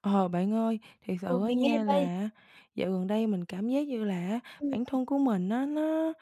Ờ, Bạn ơi, thiệt Ừ, sự á mình nghe nha đây. là dạo gần đây mình cảm giác như là Ừm. bản thân của mình á, nó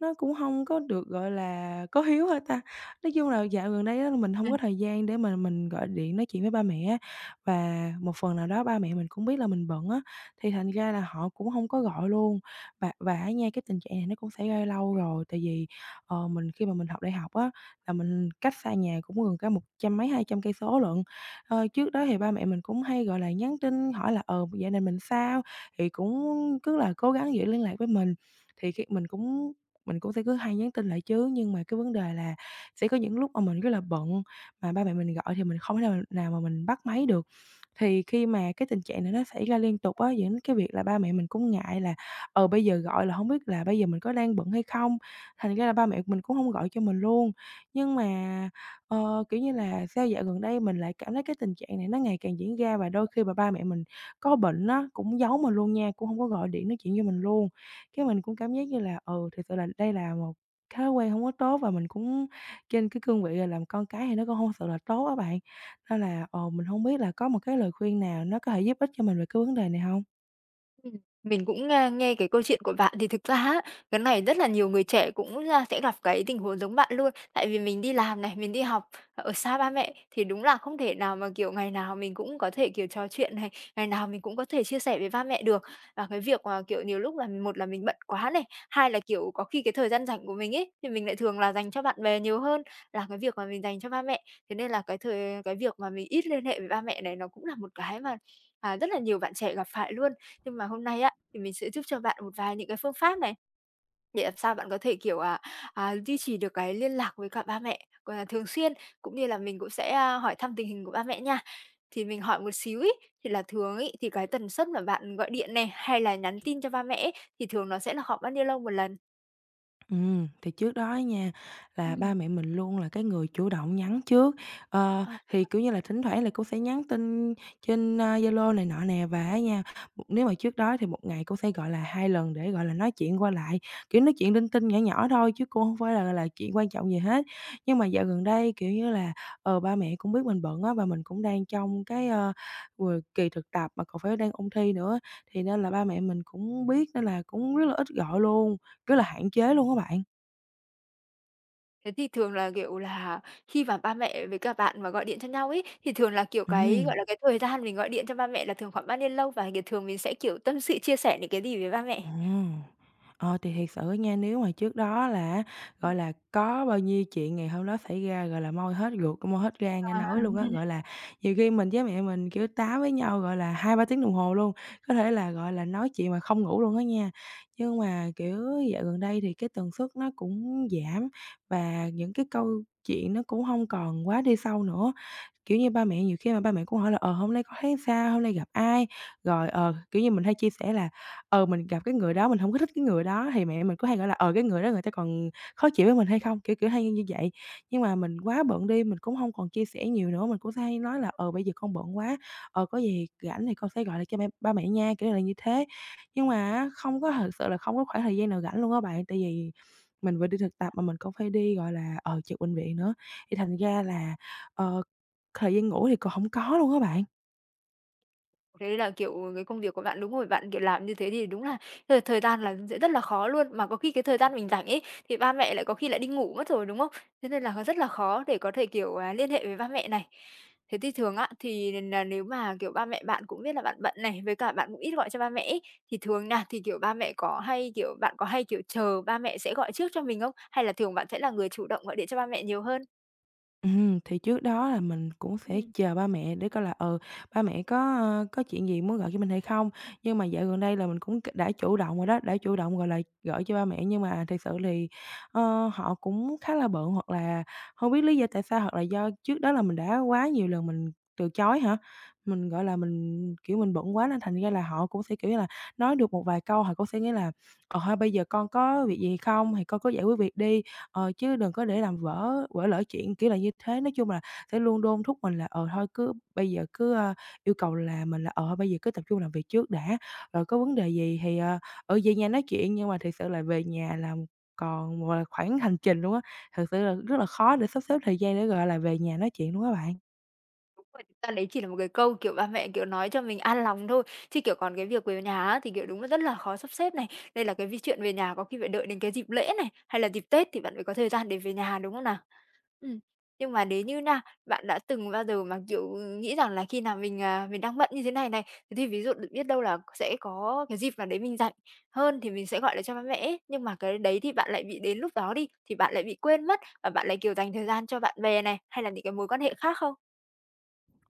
nó cũng không có được, gọi là, có hiếu hả ta? Nói chung là dạo gần đây á, mình À, không có thời gian để mà mình gọi điện nói chuyện với ba mẹ á, và một phần nào đó ba mẹ mình cũng biết là mình bận á, thì thành ra là họ cũng không có gọi luôn. Và á nha, cái tình trạng này nó cũng xảy ra lâu rồi, tại vì, mình khi mà mình học đại học á, là mình cách xa nhà cũng gần cả một trăm mấy, 200 cây số lận. Ờ, trước đó thì ba mẹ mình cũng hay, gọi là, nhắn tin hỏi là "Ờ, dạo này mình sao?" Thì cũng cứ là cố gắng giữ liên lạc với mình. Thì khi mình cũng sẽ cứ hay nhắn tin lại chứ, nhưng mà cái vấn đề là sẽ có những lúc mà mình rất là bận, mà ba mẹ mình gọi thì mình không thể nào nào mà mình bắt máy được. Thì khi mà cái tình trạng này nó xảy ra liên tục á, dẫn đến cái việc là ba mẹ mình cũng ngại là, bây giờ gọi là không biết là bây giờ mình có đang bận hay không, thành ra là ba mẹ mình cũng không gọi cho mình luôn. Nhưng mà, kiểu như là, sao dạo gần đây mình lại cảm thấy cái tình trạng này nó ngày càng diễn ra và đôi khi mà ba mẹ mình có bệnh á, cũng giấu mình luôn nha, cũng không có gọi điện nói chuyện với mình luôn. Cái mình cũng cảm giác như là, ừ, thực sự là đây là một thói quen không có tốt và mình cũng trên cái cương vị là làm con cái thì nó cũng không sự là tốt á bạn. Nên là, mình không biết là có một cái lời khuyên nào nó có thể giúp ích cho mình về cái vấn đề này không? Ừm, mình cũng, nghe nghe cái câu chuyện của bạn thì thực ra á, cái này rất là nhiều người trẻ cũng, sẽ gặp cái tình huống giống bạn luôn. Tại vì mình đi làm này, mình đi học ở xa ba mẹ thì đúng là không thể nào mà, kiểu, ngày nào mình cũng có thể, kiểu, trò chuyện này, ngày nào mình cũng có thể chia sẻ với ba mẹ được. Và cái việc mà, kiểu, nhiều lúc là một là mình bận quá này, hai là, kiểu, có khi cái thời gian rảnh của mình ấy, thì mình lại thường là dành cho bạn bè nhiều hơn là cái việc mà mình dành cho ba mẹ. Thế nên là cái thời cái việc mà mình ít liên hệ với ba mẹ này nó cũng là một cái mà, rất là nhiều bạn trẻ gặp phải luôn. Nhưng mà hôm nay á, thì mình sẽ giúp cho bạn một vài những cái phương pháp này, để làm sao bạn có thể, kiểu, duy trì được cái liên lạc với cả ba mẹ, gọi là, thường xuyên, cũng như là mình cũng sẽ, hỏi thăm tình hình của ba mẹ nha. Thì mình hỏi một xíu ý thì là thường ý thì cái tần suất mà bạn gọi điện này, hay là nhắn tin cho ba mẹ ấy, thì thường nó sẽ là khoảng bao nhiêu lâu một lần? Thì trước đó á nha, là Ừm. ba mẹ mình luôn là cái người chủ động nhắn trước. Ờ, À, thì, kiểu như là, thỉnh thoảng là cô sẽ nhắn tin trên, Zalo này nọ nè, và á nha, nếu mà trước đó thì một ngày cô sẽ gọi là 2 lần để, gọi là, nói chuyện qua lại, kiểu, nói chuyện linh tinh, nhỏ nhỏ thôi chứ cô không phải là chuyện quan trọng gì hết. Nhưng mà dạo gần đây, kiểu như là, ba mẹ cũng biết mình bận á, và mình cũng đang trong cái, vừa kỳ thực tập mà còn phải đang ôn thi nữa, thì nên là ba mẹ mình cũng biết nên là cũng rất là ít gọi luôn. Rất là hạn chế luôn á bạn. thế thì thường là, kiểu là, khi mà ba mẹ với cả bạn mà gọi điện cho nhau ấy, thì thường là, kiểu, cái, Ừm. gọi là, cái thời gian mình gọi điện cho ba mẹ là thường khoảng bao nhiêu lâu? Và, kiểu, thường mình sẽ, kiểu, tâm sự chia sẻ những cái gì với ba mẹ? Ừm. Ờ, thì thiệt sự á nha, nếu mà trước đó là á, gọi là, có bao nhiêu chuyện ngày hôm đó xảy ra, gọi là, moi hết ruột, moi hết gan ra À, nói luôn á, gọi là, nhiều khi mình với mẹ mình, kiểu, tám với nhau, gọi là, hai ba tiếng đồng hồ luôn, có thể là, gọi là, nói chuyện mà không ngủ luôn á nha. Nhưng mà, kiểu, dạo gần đây thì cái tần suất nó cũng giảm và những cái câu chuyện nó cũng hông còn quá đi sâu nữa. Kiểu như, ba mẹ nhiều khi mà ba mẹ cũng hỏi là "Ờ, hôm nay có thấy sao? Hôm nay gặp ai?" Rồi, kiểu như, mình hay chia sẻ là, mình gặp cái người đó, mình không có thích cái người đó, thì mẹ mình cũng hay gọi là "Ờ, cái người đó người ta còn khó chịu với mình hay không?" Kiểu, kiểu, hay như vậy. Nhưng mà mình quá bận đi, mình cũng không còn chia sẻ nhiều nữa, mình cũng hay nói là "Ờ, bây giờ con bận quá, ờ, có gì rảnh thì con sẽ gọi lại cho ba ba mẹ nha", kiểu là như thế. Nhưng mà á, không có thật sự là không có khoảng thời gian nào rảnh luôn á bạn, tại vì mình vừa đi thực tập mà mình cũng phải đi, gọi là, ở trực bệnh viện nữa, thì thành ra là, ờ Thời gian ngủ thì còn hổng có luôn á bạn. thế là, kiểu, cái công việc của bạn đúng rồi, bạn, kiểu, làm như thế thì đúng là thời thời gian là sẽ rất là khó luôn. Mà có khi cái thời gian mình rảnh ấy, thì ba mẹ lại có khi lại đi ngủ mất rồi, đúng không? Thế nên là rất là khó để có thể, kiểu, liên hệ với ba mẹ này. Thế thì thường á, thì nếu mà, kiểu, ba mẹ bạn cũng biết là bạn bận này, với cả bạn cũng ít gọi cho ba mẹ ấy, thì thường nha, thì, kiểu, ba mẹ có hay, kiểu bạn có hay, kiểu, chờ ba mẹ sẽ gọi trước cho mình không? Hay là thường bạn sẽ là người chủ động gọi điện cho ba mẹ nhiều hơn? Thì trước đó là mình cũng sẽ chờ ba mẹ để coi là, ừ, ba mẹ có, có chuyện gì muốn gọi cho mình hay không. Nhưng mà dạo gần đây là mình cũng c đã chủ động rồi đó, đã chủ động, gọi là, gọi cho ba mẹ nhưng mà thiệt sự thì, họ cũng khá là bận hoặc là hông biết lý do tại sao hoặc là do trước đó là mình đã quá nhiều lần mình từ chối hả? Mình, gọi là, mình, kiểu, mình bận quá nên thành ra là họ cũng sẽ, kiểu như là, nói được một vài câu họ cũng sẽ nghĩ là "Ờ, thôi bây giờ con có việc gì không thì con cứ giải quyết việc đi." Ờ, chứ đừng có để làm vỡ vỡ lỡ chuyện, kiểu là như thế. Nói chung là sẽ luôn đôn thúc mình là, thôi cứ bây giờ cứ, yêu cầu là mình là, thôi bây giờ cứ tập trung làm việc trước đã, rồi có vấn đề gì thì, về nhà nói chuyện. Nhưng mà thực sự là về nhà là còn, một là, khoảng hành trình luôn á, thực sự là rất là khó để sắp xếp thời gian để, gọi là, về nhà nói chuyện luôn các bạn. Đúng rồi, thực ra đấy chỉ là một cái câu, kiểu, ba mẹ, kiểu, nói cho mình an lòng thôi, chứ, kiểu, còn cái việc về nhà á thì, kiểu, đúng là rất là khó sắp xếp này. Đây là cái chuyện về nhà có khi phải đợi đến cái dịp lễ này, hay là dịp Tết thì bạn mới có thời gian để về nhà, đúng không nào? Ừm, nhưng mà nếu như nha, bạn đã từng bao giờ mà, kiểu, nghĩ rằng là khi nào mình, mình đang bận như thế này này, thế thì ví dụ được biết đâu là sẽ có cái dịp nào đấy mình rảnh hơn thì mình sẽ gọi lại cho ba mẹ ấy, nhưng mà cái đấy thì bạn lại bị đến lúc đó đi, thì bạn lại bị quên mất và bạn lại, kiểu, dành thời gian cho bạn bè này, hay là những cái mối quan hệ khác không?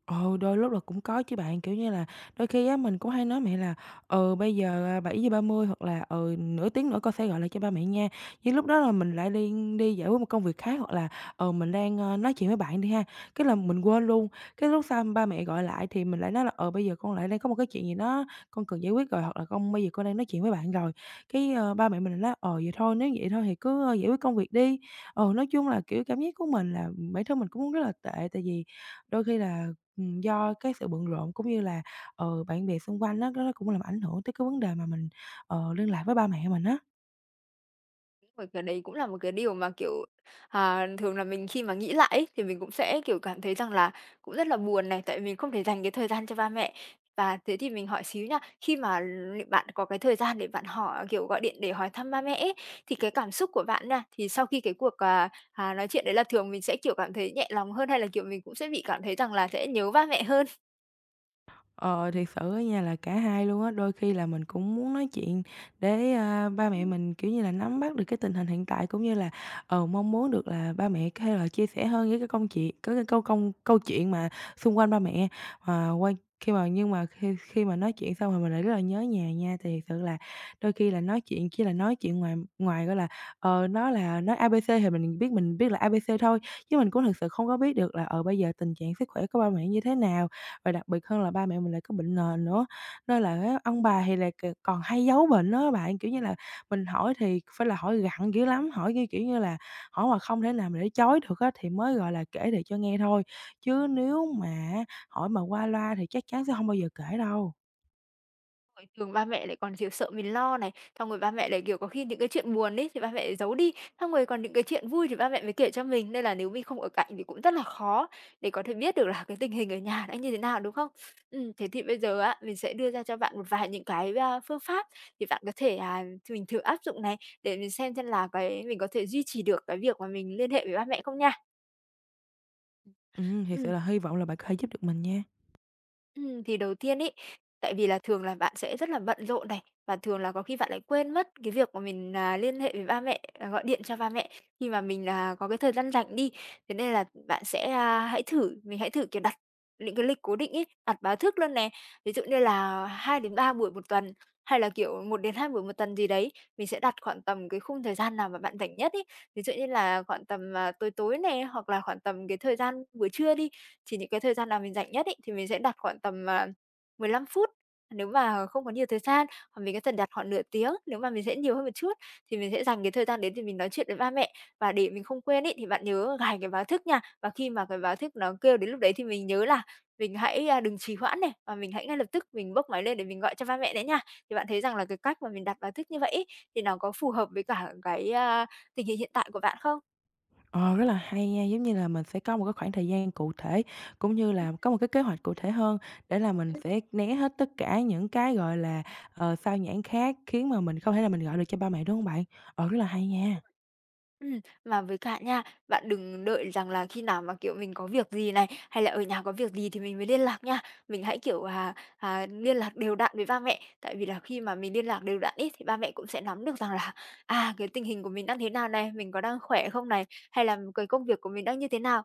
Ồ đôi lúc là cũng có chứ bạn, kiểu như là, đôi khi á mình cũng hay nói mẹ là "Ừ, bây giờ, à, bảy giờ ba mươi hoặc là, ừ, nửa tiếng nữa con sẽ gọi lại cho ba mẹ nha." Nhưng lúc đó là mình lại đi đi giải quyết một công việc khác hoặc là, ừ, mình đang, nói chuyện với bạn đi ha, cái là mình quên luôn. Cái lúc sau ba mẹ gọi lại thì mình lại nói là "Ờ, bây giờ con lại đang có một cái chuyện gì đó con cần giải quyết rồi" hoặc là "Con bây giờ con đang nói chuyện với bạn rồi." Cái, ba mẹ mình lại nói: "Ờ, vậy thôi, nếu vậy thôi thì cứ, ơ, giải quyết công việc đi." Ừ, nói chung là, kiểu, cảm giác của mình là bản thân mình cũng rất là tệ, tại vì đôi khi là do cái sự bận rộn cũng như là, bạn bè xung quanh đó nó cũng làm ảnh hưởng tới cái vấn đề mà mình, liên lạc với ba mẹ mình á. Ôi, cái đấy cũng là một cái điều mà, kiểu, thường là mình khi mà nghĩ lại ấy, thì mình cũng sẽ, kiểu, cảm thấy rằng là cũng rất là buồn này, tại mình không thể dành cái thời gian cho ba mẹ. Và thế thì mình hỏi xíu nha, khi mà bạn có cái thời gian để bạn hỏi kiểu, gọi điện để hỏi thăm ba mẹ ấy, thì cái cảm xúc của bạn nha, thì sau khi cái cuộc, nói chuyện đấy là thường mình sẽ, kiểu, cảm thấy nhẹ lòng hơn hay là, kiểu, mình cũng sẽ bị cảm thấy rằng là sẽ nhớ ba mẹ hơn? Ờ, thiệt sự á nha là cả hai luôn á, đôi khi là mình cũng muốn nói chuyện để, ba mẹ mình, kiểu như là, nắm bắt được cái tình hình hiện tại, cũng như là, mong muốn được là ba mẹ hay là chia sẻ hơn với cái công chuyện có cái câu công câu chuyện mà xung quanh ba mẹ. Mà quay khi mà nhưng mà khi khi mà nói chuyện xong rồi mình lại rất là nhớ nhà nha, thì thật sự là đôi khi là nói chuyện chỉ là nói chuyện ngoài ngoài, gọi là, nó là nói A ABC thì mình biết là A ABC thôi, chứ mình cũng thực sự không có biết được là, bây giờ tình trạng sức khỏe của ba mẹ như thế nào, và đặc biệt hơn là ba mẹ mình lại có bệnh nền nữa, nên là á ông bà thì lại còn hay giấu bệnh đó, bạn. Kiểu như là, mình hỏi thì phải là hỏi gặn dữ lắm, hỏi, như kiểu như là, hỏi mà không thể nào mà để chối được á thì mới, gọi là, kể để cho nghe thôi, chứ nếu mà hỏi mà qua loa thì chắc chắn sẽ không bao giờ kể đâu. Rồi thường ba mẹ lại còn, kiểu, sợ mình lo này, xong rồi ba mẹ lại, kiểu, có khi những cái chuyện buồn ấy thì ba mẹ lại giấu đi, xong rồi còn những cái chuyện vui thì ba mẹ mới kể cho mình, nên là nếu mình không ở cạnh thì cũng rất là khó để có thể biết được là cái tình hình ở nhà đã như thế nào, đúng không? Thế thì bây giờ á, mình sẽ đưa ra cho bạn một vài những cái, phương pháp thì bạn có thể, thì mình thử áp dụng này, để mình xem là cái mình có thể duy trì được cái việc mà mình liên hệ với ba mẹ không nha. Thiệt sự Ừm. là hy vọng là bạn có thể giúp được mình nha. Thì đầu tiên ấy, tại vì là thường là bạn sẽ rất là bận rộn này, và thường là có khi bạn lại quên mất cái việc mà mình, liên hệ với ba mẹ, gọi điện cho ba mẹ khi mà mình là có cái thời gian rảnh đi. Thế nên là bạn sẽ, a, hãy thử mình hãy thử, kiểu, đặt những cái lịch cố định ấy, đặt báo thức luôn này. Ví dụ như là hai đến ba buổi một tuần, hay là, kiểu, một đến hai buổi một tuần gì đấy, mình sẽ đặt khoảng tầm cái khung thời gian nào mà bạn rảnh nhất ấy. Ví dụ như là khoảng tầm, tối tối này hoặc là khoảng tầm cái thời gian buổi trưa đi, chỉ những cái thời gian nào mình rảnh nhất ấy, thì mình sẽ đặt khoảng tầm, 15 phút. Nếu mà không có nhiều thời gian, hoặc mình có thể đặt khoảng nửa tiếng, nếu mà mình sẽ nhiều hơn một chút, thì mình sẽ dành cái thời gian đến thì mình nói chuyện với ba mẹ. Và để mình không quên ấy, thì bạn nhớ gài cái báo thức nha, và khi mà cái báo thức nó kêu đến lúc đấy thì mình nhớ là mình hãy, đừng trì hoãn này, và mình hãy ngay lập tức mình bốc máy lên để mình gọi cho ba mẹ đấy nha. Thì bạn thấy rằng là cái cách mà mình đặt báo thức như vậy ấy, thì nó có phù hợp với cả cái, tình hình hiện tại của bạn không? Ờ, rất là hay nha, giống như là mình sẽ có một cái khoảng thời gian cụ thể, cũng như Ừm, là có một cái kế hoạch cụ thể hơn để là mình sẽ né hết tất cả những cái, gọi là, xao nhãng khác khiến mà mình không thể là mình gọi được cho ba mẹ, đúng không bạn? Ờ, rất là hay ừm. nha. Mà với cả nha, bạn đừng đợi rằng là khi nào mà, kiểu, mình có việc gì này, hay là ở nhà có việc gì thì mình mới liên lạc nha. Mình hãy, kiểu, liên lạc đều đặn với ba mẹ, tại vì là khi mà mình liên lạc đều đặn ấy, thì ba mẹ cũng sẽ nắm được rằng là, cái tình hình của mình đang thế nào này, mình có đang khỏe không này, hay là cái công việc của mình đang như thế nào.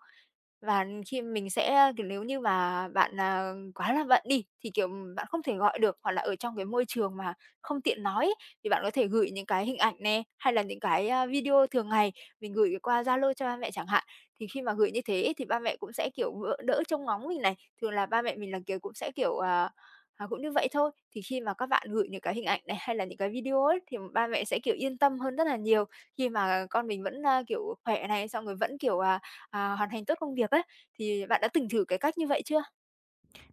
Và khi mình sẽ, kiểu, nếu như mà bạn, quá là bận đi, thì, kiểu, bạn không thể gọi được hoặc là ở trong cái môi trường mà không tiện nói ấy, thì bạn có thể gửi những cái hình ảnh nè, hay là những cái, video thường ngày mình gửi qua Zalo cho ba mẹ chẳng hạn. Thì khi mà gửi như thế thì ba mẹ cũng sẽ, kiểu, đỡ trông ngóng mình này, thường là ba mẹ mình là, kiểu, cũng sẽ, kiểu, cũng như vậy thôi. Thì khi mà các bạn gửi những cái hình ảnh này hay là những cái video ấy, thì ba mẹ sẽ, kiểu, yên tâm hơn rất là nhiều khi mà con mình vẫn, kiểu, khỏe này, xong rồi vẫn, kiểu, hoàn thành tốt công việc ấy, thì bạn đã từng thử cái cách như vậy chưa?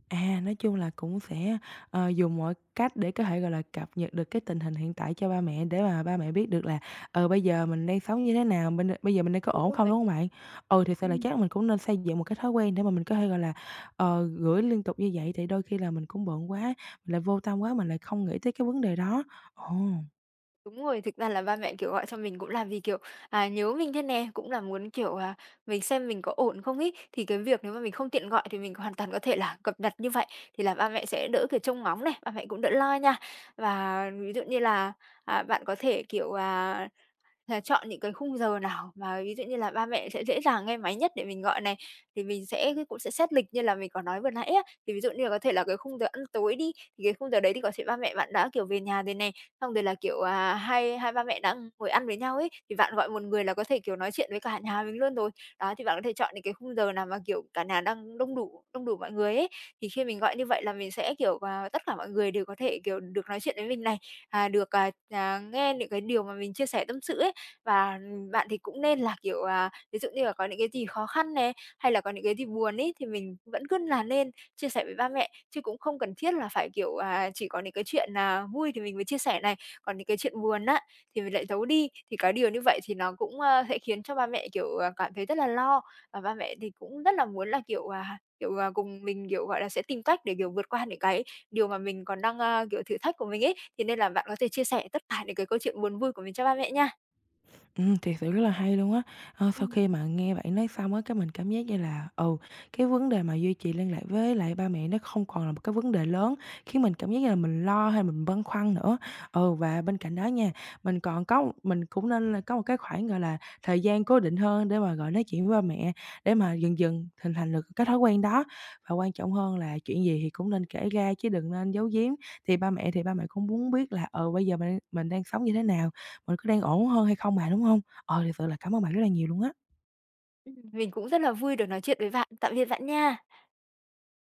À, nói chung là cũng sẽ, dùng mọi cách để có thể, gọi là, cập nhật được cái tình hình hiện tại cho ba mẹ để mà ba mẹ biết được là, ừ, bây giờ mình đang sống như thế nào, bên bây giờ mình đang có Đúng ổn không, rồi. đúng không bạn? Ừ, thì sự là Ừm. chắc mình cũng nên xây dựng một cái thói quen để mà mình có thể, gọi là, gửi liên tục như vậy, thì đôi khi là mình cũng bận quá, mình lại vô tâm quá, mình lại không nghĩ tới cái vấn đề đó. Ồ. Đúng rồi, thực ra là ba mẹ, kiểu, gọi cho mình cũng là vì, kiểu, nhớ mình thế nè, cũng là muốn, kiểu, mình xem mình có ổn không ấy. Thì cái việc nếu mà mình không tiện gọi thì mình hoàn toàn có thể là cập nhật như vậy, thì là ba mẹ sẽ đỡ, kiểu, trông ngóng này, ba mẹ cũng đỡ lo nha. Và ví dụ như là, bạn có thể, kiểu, là chọn những cái khung giờ nào mà ví dụ như là ba mẹ sẽ dễ dàng nghe máy nhất để mình gọi này, thì mình sẽ cũng sẽ xét lịch như là mình có nói vừa nãy á. Thì ví dụ như là có thể là cái khung giờ ăn tối đi, thì cái khung giờ đấy thì có thể ba mẹ bạn đã, kiểu, về nhà rồi này, xong rồi là, kiểu, à, hai hai ba mẹ đã ngồi ăn với nhau ấy, thì bạn gọi một người là có thể, kiểu, nói chuyện với cả nhà mình luôn rồi. Đó, thì bạn có thể chọn những cái khung giờ nào mà, kiểu, cả nhà đang đông đủ mọi người ấy, thì khi mình gọi như vậy là mình sẽ, kiểu, tất cả mọi người đều có thể, kiểu, được nói chuyện với mình này, nghe những cái điều mà mình chia sẻ tâm sự ấy. Và, bạn thì cũng nên là, kiểu, ví dụ như là có những cái gì khó khăn này hay là có những cái gì buồn ấy, thì mình vẫn cứ là nên chia sẻ với ba mẹ, chứ cũng không cần thiết là phải, kiểu, chỉ có những cái chuyện, vui thì mình mới chia sẻ này, còn những cái chuyện buồn á, thì mình lại giấu đi. Thì cái điều như vậy thì nó cũng, sẽ khiến cho ba mẹ, kiểu, cảm thấy rất là lo, và ba mẹ thì cũng rất là muốn là, kiểu, cùng mình, kiểu, gọi là, sẽ tìm cách để, kiểu, vượt qua những cái điều mà mình còn đang, kiểu, thử thách của mình ấy. Thì nên là bạn có thể chia sẻ tất cả những cái câu chuyện buồn vui của mình cho ba mẹ nha. Thiệt sự rất là hay luôn á. Ơ, sau Ừm. khi mà nghe bạn nói xong á, cái mình cảm giác như là, ừ, cái vấn đề mà duy trì liên lạc với lại ba mẹ nó không còn là một cái vấn đề lớn, khiến mình cảm giác như là mình lo hay mình băn khoăn nữa. Ừ, và bên cạnh đó nha, mình cũng nên là có một cái khoảng, gọi là, thời gian cố định hơn để mà, gọi, nói chuyện với ba mẹ, để mà dần dần hình thành được cái thói quen đó. Và quan trọng hơn là chuyện gì thì cũng nên kể ra chứ đừng nên giấu giếm, thì ba mẹ cũng muốn biết là, ừ, bây giờ mình đang sống như thế nào mình có đang ổn hơn hay không mà, đúng không? Ờ, thật sự là cảm ơn bạn rất là nhiều luôn á. Mình cũng rất là vui được nói chuyện với bạn. Tạm biệt bạn nha.